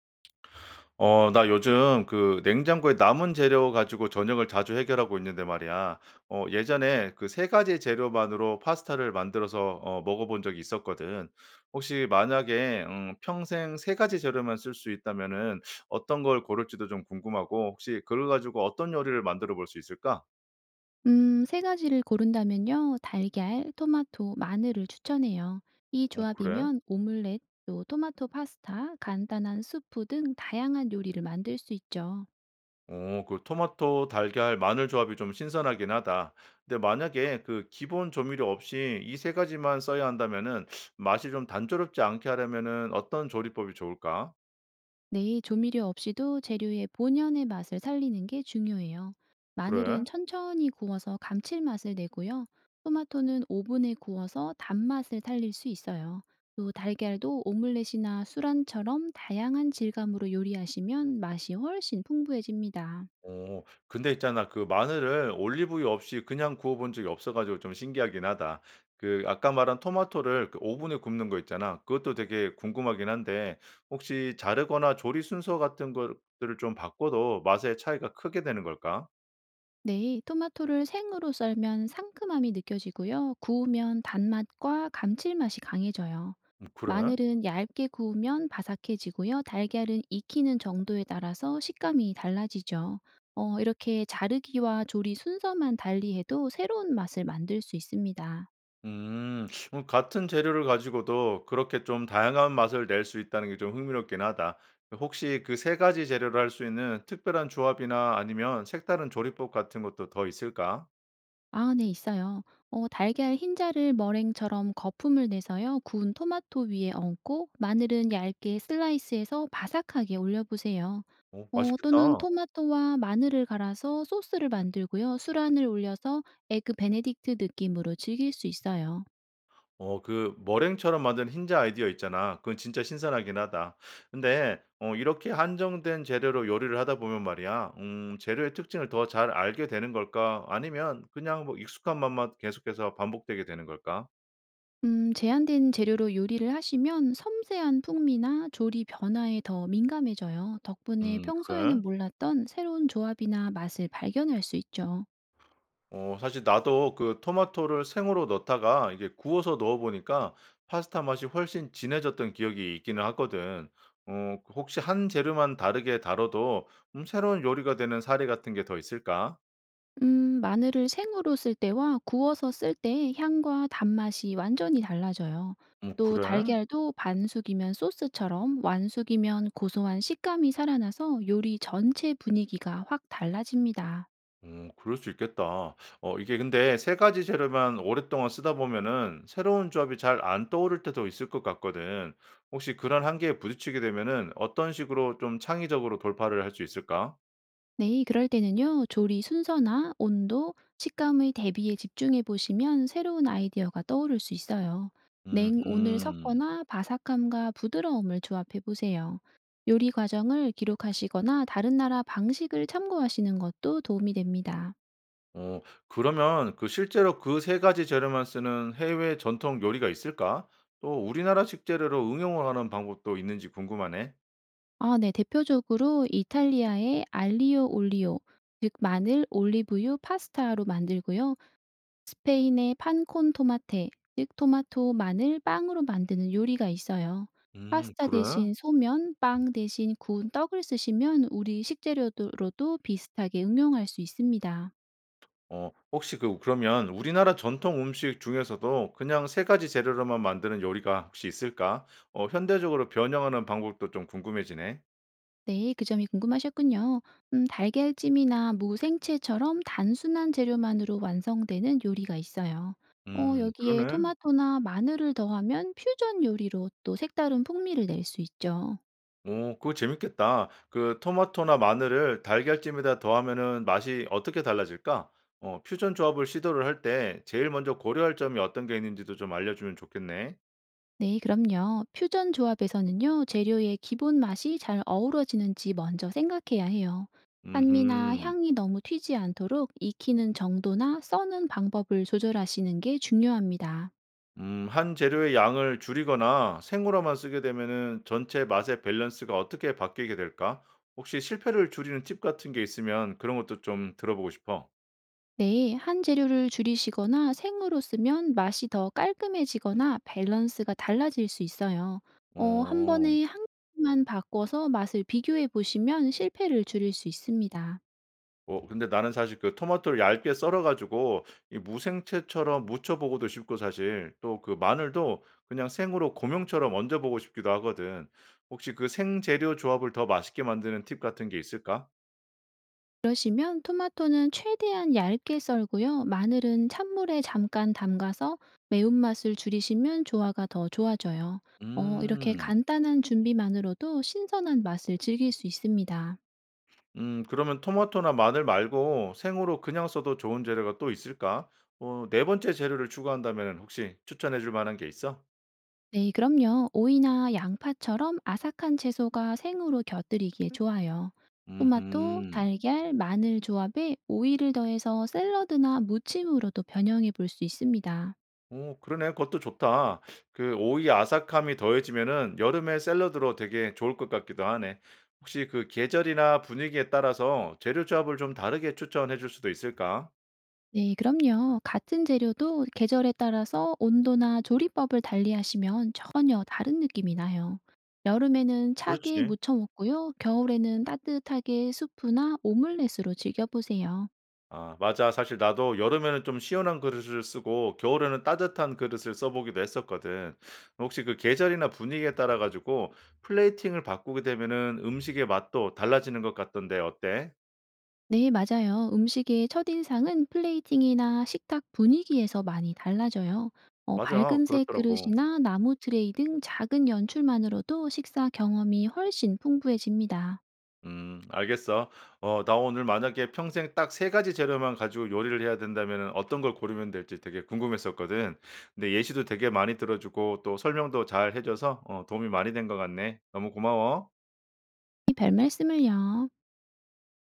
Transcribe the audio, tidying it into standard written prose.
나 요즘 그 냉장고에 남은 재료 가지고 저녁을 자주 해결하고 있는데 말이야. 예전에 그 세 가지 재료만으로 파스타를 만들어서 먹어본 적이 있었거든. 혹시 만약에 평생 세 가지 재료만 쓸 수 있다면은 어떤 걸 고를지도 좀 궁금하고 혹시 그걸 가지고 어떤 요리를 만들어 볼 수 있을까? 3 가지를 고른다면요. 달걀, 토마토, 마늘을 추천해요. 이 어, 그래? 조합이면 오믈렛, 또 토마토 파스타, 간단한 수프 등 다양한 요리를 만들 수 있죠. 오, 그 토마토, 달걀, 마늘 조합이 좀 신선하긴 하다. 근데 만약에 그 기본 조미료 없이 이 세 가지만 써야 한다면은 맛이 좀 단조롭지 않게 하려면은 어떤 조리법이 좋을까? 네, 조미료 없이도 재료의 본연의 맛을 살리는 게 중요해요. 그래? 마늘은 천천히 구워서 감칠맛을 내고요. 토마토는 오븐에 구워서 단맛을 살릴 수 있어요. 또 달걀도 오믈렛이나 수란처럼 다양한 질감으로 요리하시면 맛이 훨씬 풍부해집니다. 오, 근데 있잖아 그 마늘을 올리브유 없이 그냥 구워 본 적이 없어 가지고 좀 신기하긴 하다. 그 아까 말한 토마토를 그 오븐에 굽는 거 있잖아. 그것도 되게 궁금하긴 한데 혹시 자르거나 조리 순서 같은 것들을 좀 바꿔도 맛의 차이가 크게 되는 걸까? 네, 토마토를 생으로 썰면 상큼함이 느껴지고요. 구우면 단맛과 감칠맛이 강해져요. 그래? 마늘은 얇게 구우면 바삭해지고요. 달걀은 익히는 정도에 따라서 식감이 달라지죠. 이렇게 자르기와 조리 순서만 달리해도 새로운 맛을 만들 수 있습니다. 음. 같은 재료를 가지고도 그렇게 좀 다양한 맛을 낼 수 있다는 게 좀 흥미롭긴 하다. 혹시 그 세 가지 재료를 할 수 있는 특별한 조합이나 아니면 색다른 조리법 같은 것도 더 있을까? 아, 네, 있어요. 달걀 흰자를 머랭처럼 거품을 내서요. 구운 토마토 위에 얹고 마늘은 얇게 슬라이스해서 바삭하게 올려 보세요. 오, 또는 맛있겠다. 토마토와 마늘을 갈아서 소스를 만들고요. 술안을 올려서 에그 베네딕트 느낌으로 즐길 수 있어요. 그 머랭처럼 만든 흰자 아이디어 있잖아. 그건 진짜 신선하긴 하다. 근데 이렇게 한정된 재료로 요리를 하다 보면 말이야. 재료의 특징을 더 잘 알게 되는 걸까? 아니면 그냥 뭐 익숙한 맛만 계속해서 반복되게 되는 걸까? 제한된 재료로 요리를 하시면 섬세한 풍미나 조리 변화에 더 민감해져요. 덕분에 그래? 평소에는 몰랐던 새로운 조합이나 맛을 발견할 수 있죠. 사실 나도 그 토마토를 생으로 넣다가 이게 구워서 넣어 보니까 파스타 맛이 훨씬 진해졌던 기억이 있기는 하거든. 그 혹시 한 재료만 다르게 다뤄도 새로운 요리가 되는 사례 같은 게 더 있을까? 마늘을 생으로 쓸 때와 구워서 쓸 때 향과 단맛이 완전히 달라져요. 또 그래? 달걀도 반숙이면 소스처럼 완숙이면 고소한 식감이 살아나서 요리 전체 분위기가 확 달라집니다. 그럴 수 있겠다. 이게 근데 세 가지 재료만 오랫동안 쓰다 보면은 새로운 조합이 잘 안 떠오를 때도 있을 것 같거든. 혹시 그런 한계에 부딪히게 되면은 어떤 식으로 좀 창의적으로 돌파를 할 수 있을까? 네, 그럴 때는요, 조리 순서나 온도, 식감의 대비에 집중해 보시면 새로운 아이디어가 떠오를 수 있어요. 냉온을 음음. 섞거나 바삭함과 부드러움을 조합해 보세요. 요리 과정을 기록하시거나 다른 나라 방식을 참고하시는 것도 도움이 됩니다. 어 그러면 그 실제로 그 세 가지 재료만 쓰는 해외 전통 요리가 있을까? 또 우리나라식 재료로 응용을 하는 방법도 있는지 궁금하네. 아, 네, 대표적으로 이탈리아의 알리오 올리오, 즉 마늘, 올리브유, 파스타로 만들고요. 스페인의 판콘 토마테, 즉 토마토, 마늘, 빵으로 만드는 요리가 있어요. 파스타 그래? 대신 소면, 빵 대신 구운 떡을 쓰시면 우리 식재료로도 비슷하게 응용할 수 있습니다. 혹시 그 그러면 우리나라 전통 음식 중에서도 그냥 세 가지 재료로만 만드는 요리가 혹시 있을까? 현대적으로 변형하는 방법도 좀 궁금해지네. 네, 그 점이 궁금하셨군요. 달걀찜이나 무 생채처럼 단순한 재료만으로 완성되는 요리가 있어요. 여기에 그러네. 토마토나 마늘을 더하면 퓨전 요리로 또 색다른 풍미를 낼 수 있죠. 오, 그거 재밌겠다. 그 토마토나 마늘을 달걀찜에다 더하면은 맛이 어떻게 달라질까? 퓨전 조합을 시도를 할 때 제일 먼저 고려할 점이 어떤 게 있는지도 좀 알려주면 좋겠네. 네, 그럼요. 퓨전 조합에서는요, 재료의 기본 맛이 잘 어우러지는지 먼저 생각해야 해요. 산미나 음 향이 너무 튀지 않도록 익히는 정도나 써는 방법을 조절하시는 게 중요합니다. 한 재료의 양을 줄이거나 생으로만 쓰게 되면은 전체 맛의 밸런스가 어떻게 바뀌게 될까? 혹시 실패를 줄이는 팁 같은 게 있으면 그런 것도 좀 들어보고 싶어. 네, 한 재료를 줄이시거나 생으로 쓰면 맛이 더 깔끔해지거나 밸런스가 달라질 수 있어요. 한 어. 번에 한 개만 바꿔서 맛을 비교해 보시면 실패를 줄일 수 있습니다. 근데 나는 사실 그 토마토를 얇게 썰어 가지고 이 무생채처럼 무쳐 보고도 싶고 사실 또 그 마늘도 그냥 생으로 고명처럼 얹어 보고 싶기도 하거든. 혹시 그 생재료 조합을 더 맛있게 만드는 팁 같은 게 있을까? 그러시면 토마토는 최대한 얇게 썰고요. 마늘은 찬물에 잠깐 담가서 매운맛을 줄이시면 조화가 더 좋아져요. 이렇게 음. 간단한 준비만으로도 신선한 맛을 즐길 수 있습니다. 그러면 토마토나 마늘 말고 생으로 그냥 써도 좋은 재료가 또 있을까? 네 번째 재료를 추가한다면은 혹시 추천해 줄 만한 게 있어? 네, 그럼요. 오이나 양파처럼 아삭한 채소가 생으로 곁들이기에 좋아요. 토마토, 음흠. 달걀, 마늘 조합에 오이를 더해서 샐러드나 무침으로도 변형해 볼 수 있습니다. 오, 그러네. 그것도 좋다. 그 오이 아삭함이 더해지면은 여름에 샐러드로 되게 좋을 것 같기도 하네. 혹시 그 계절이나 분위기에 따라서 재료 조합을 좀 다르게 추천해 줄 수도 있을까? 네, 그럼요. 같은 재료도 계절에 따라서 온도나 조리법을 달리 하시면 전혀 다른 느낌이 나요. 여름에는 차게 그렇지. 무쳐 먹고요. 겨울에는 따뜻하게 수프나 오믈렛으로 즐겨보세요. 아, 맞아. 사실 나도 여름에는 좀 시원한 그릇을 쓰고 겨울에는 따뜻한 그릇을 써 보기도 했었거든. 혹시 그 계절이나 분위기에 따라 가지고 플레이팅을 바꾸게 되면은 음식의 맛도 달라지는 것 같던데 어때? 네, 맞아요. 음식의 첫인상은 플레이팅이나 식탁 분위기에서 많이 달라져요. 맞아. 밝은색 그렇더라고. 그릇이나 나무 트레이 등 작은 연출만으로도 식사 경험이 훨씬 풍부해집니다. 알겠어. 나 오늘 만약에 평생 딱 세 가지 재료만 가지고 요리를 해야 된다면은 어떤 걸 고르면 될지 되게 궁금했었거든. 근데 예시도 되게 많이 들어 주고 또 설명도 잘 해 줘서 도움이 많이 된 것 같네. 너무 고마워. 별 말씀을요.